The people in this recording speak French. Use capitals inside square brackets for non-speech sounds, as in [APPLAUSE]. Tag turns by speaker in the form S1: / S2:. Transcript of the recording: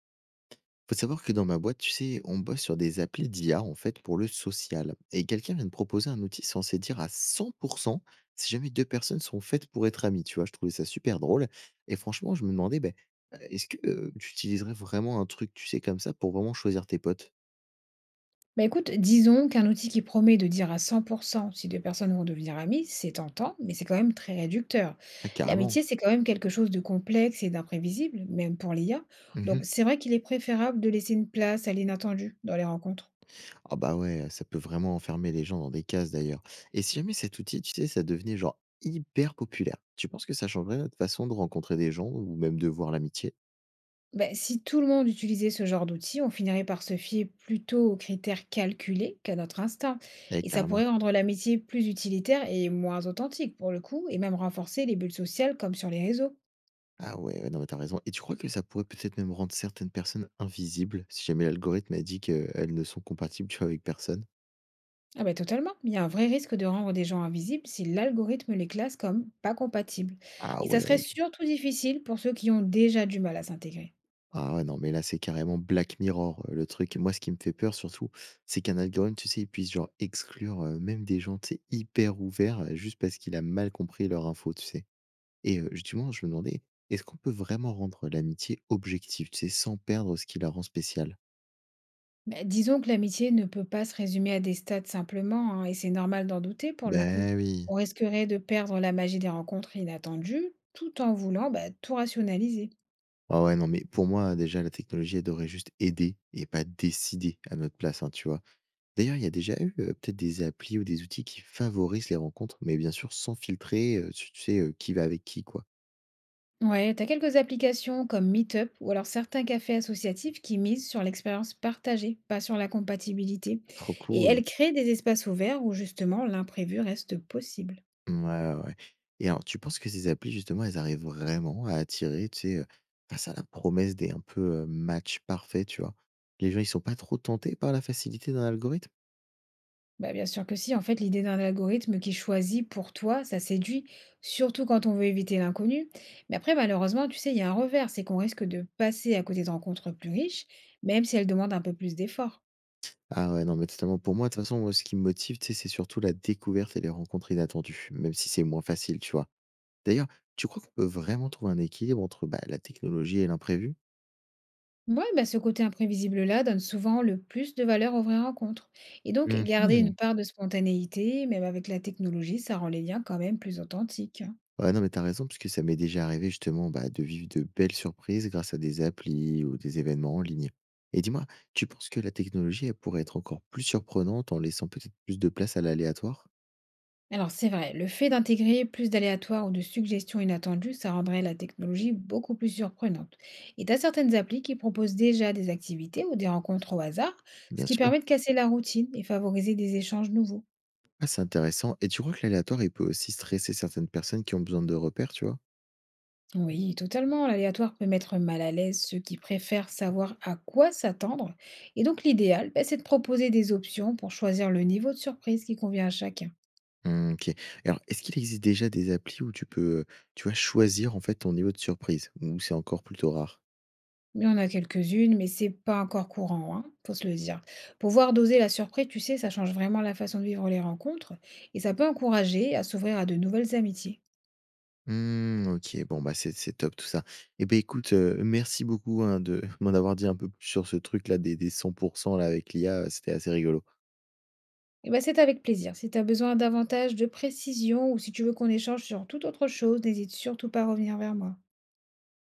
S1: Faut savoir que dans ma boîte, tu sais, on bosse sur des applis d'IA en fait pour le social. Et quelqu'un vient de proposer un outil censé dire à 100% si jamais deux personnes sont faites pour être amies. Tu vois, je trouvais ça super drôle. Et franchement, je me demandais, ben, est-ce que tu utiliserais vraiment un truc, tu sais, comme ça pour vraiment choisir tes potes.
S2: Bah, écoute, disons qu'un outil qui promet de dire à 100% si deux personnes vont devenir amies, c'est tentant, mais c'est quand même très réducteur.
S1: Ah, carrément.
S2: L'amitié, c'est quand même quelque chose de complexe et d'imprévisible, même pour l'IA.
S1: Mhm.
S2: Donc, c'est vrai qu'il est préférable de laisser une place à l'inattendu dans les rencontres.
S1: Ah bah ouais, ça peut vraiment enfermer les gens dans des cases d'ailleurs. Et si jamais cet outil, tu sais, ça devenait genre hyper populaire, tu penses que ça changerait notre façon de rencontrer des gens ou même de voir l'amitié?
S2: Bah, si tout le monde utilisait ce genre d'outil, on finirait par se fier plutôt aux critères calculés qu'à notre instinct.
S1: Eh,
S2: Et ça
S1: carrément.
S2: pourrait rendre l'amitié plus utilitaire et moins authentique pour le coup, et même renforcer les bulles sociales comme sur les réseaux.
S1: Ah ouais, ouais, non, mais t'as raison. Et tu crois que ça pourrait peut-être même rendre certaines personnes invisibles, si jamais l'algorithme a dit qu'elles ne sont compatibles, tu vois, avec personne?
S2: Ah bah totalement. Il y a un vrai risque de rendre des gens invisibles si l'algorithme les classe comme pas compatibles.
S1: Ah
S2: Et ça serait
S1: ouais.
S2: surtout difficile pour ceux qui ont déjà du mal à s'intégrer.
S1: Ah ouais, non, mais là, c'est carrément Black Mirror, le truc. Moi, ce qui me fait peur surtout, c'est qu'un algorithme, tu sais, il puisse genre exclure même des gens, tu sais, hyper ouverts, juste parce qu'il a mal compris leur info, tu sais. Et justement, je me demandais, est-ce qu'on peut vraiment rendre l'amitié objective, tu sais, sans perdre ce qui la rend spéciale?
S2: Mais disons que l'amitié ne peut pas se résumer à des stats simplement, hein, et c'est normal d'en douter pour le coup.
S1: Ben oui.
S2: On risquerait de perdre la magie des rencontres inattendues tout en voulant tout rationaliser.
S1: Ah ouais, non, mais pour moi, déjà, la technologie, elle devrait juste aider et pas décider à notre place, hein, tu vois. D'ailleurs, il y a déjà eu peut-être des applis ou des outils qui favorisent les rencontres, mais bien sûr, sans filtrer, tu sais, qui va avec qui, quoi.
S2: Ouais, t'as quelques applications comme Meetup ou alors certains cafés associatifs qui misent sur l'expérience partagée, pas sur la compatibilité.
S1: Trop
S2: Et
S1: cool.
S2: elles créent des espaces ouverts où justement l'imprévu reste possible.
S1: Ouais, ouais, ouais. Et alors, tu penses que ces applis, justement, elles arrivent vraiment à attirer, tu sais, face à la promesse des un peu match parfait, tu vois. Les gens, ils sont pas trop tentés par la facilité d'un algorithme.
S2: Bah, bien sûr que si, en fait, l'idée d'un algorithme qui choisit pour toi, ça séduit, surtout quand on veut éviter l'inconnu. Mais après, malheureusement, tu sais, il y a un revers, c'est qu'on risque de passer à côté de rencontres plus riches, même si elles demandent un peu plus d'efforts.
S1: Ah ouais, non, mais totalement. Pour moi, de toute façon, moi, ce qui me motive, tu sais, c'est surtout la découverte et les rencontres inattendues, même si c'est moins facile, tu vois. D'ailleurs, tu crois qu'on peut vraiment trouver un équilibre entre bah, la technologie et l'imprévu?
S2: Ouais, bah, ce côté imprévisible-là donne souvent le plus de valeur aux vraies rencontres. Et donc, garder
S1: Mhm.
S2: une part de spontanéité, même avec la technologie, ça rend les liens quand même plus authentiques, hein.
S1: Ouais, non, mais t'as raison, parce que ça m'est déjà arrivé justement bah, de vivre de belles surprises grâce à des applis ou des événements en ligne. Et dis-moi, tu penses que la technologie, elle pourrait être encore plus surprenante en laissant peut-être plus de place à l'aléatoire?
S2: Alors, c'est vrai, le fait d'intégrer plus d'aléatoires ou de suggestions inattendues, ça rendrait la technologie beaucoup plus surprenante. Et t'as certaines applis qui proposent déjà des activités ou des rencontres au hasard, ce
S1: Bien
S2: qui
S1: sûr.
S2: permet de casser la routine et favoriser des échanges nouveaux.
S1: Ah, c'est intéressant. Et tu crois que l'aléatoire, il peut aussi stresser certaines personnes qui ont besoin de repères, tu vois?
S2: Oui, totalement. L'aléatoire peut mettre mal à l'aise ceux qui préfèrent savoir à quoi s'attendre. Et donc l'idéal, c'est de proposer des options pour choisir le niveau de surprise qui convient à chacun.
S1: Mmh, OK. Alors, est-ce qu'il existe déjà des applis où tu peux, tu vois, choisir, en fait, ton niveau de surprise? Ou c'est encore plutôt rare?
S2: Il y en a quelques-unes, mais c'est pas encore courant, hein, faut se le dire. Pouvoir doser la surprise, tu sais, ça change vraiment la façon de vivre les rencontres et ça peut encourager à s'ouvrir à de nouvelles amitiés.
S1: Mmh, OK. Bon, bah, c'est top tout ça. Et ben écoute, merci beaucoup, hein, de [LAUGHS] m'en avoir dit un peu plus sur ce truc-là des 100 là avec l'IA, c'était assez rigolo.
S2: Et ben c'est avec plaisir. Si tu as besoin davantage de précision ou si tu veux qu'on échange sur toute autre chose, n'hésite surtout pas à revenir vers moi.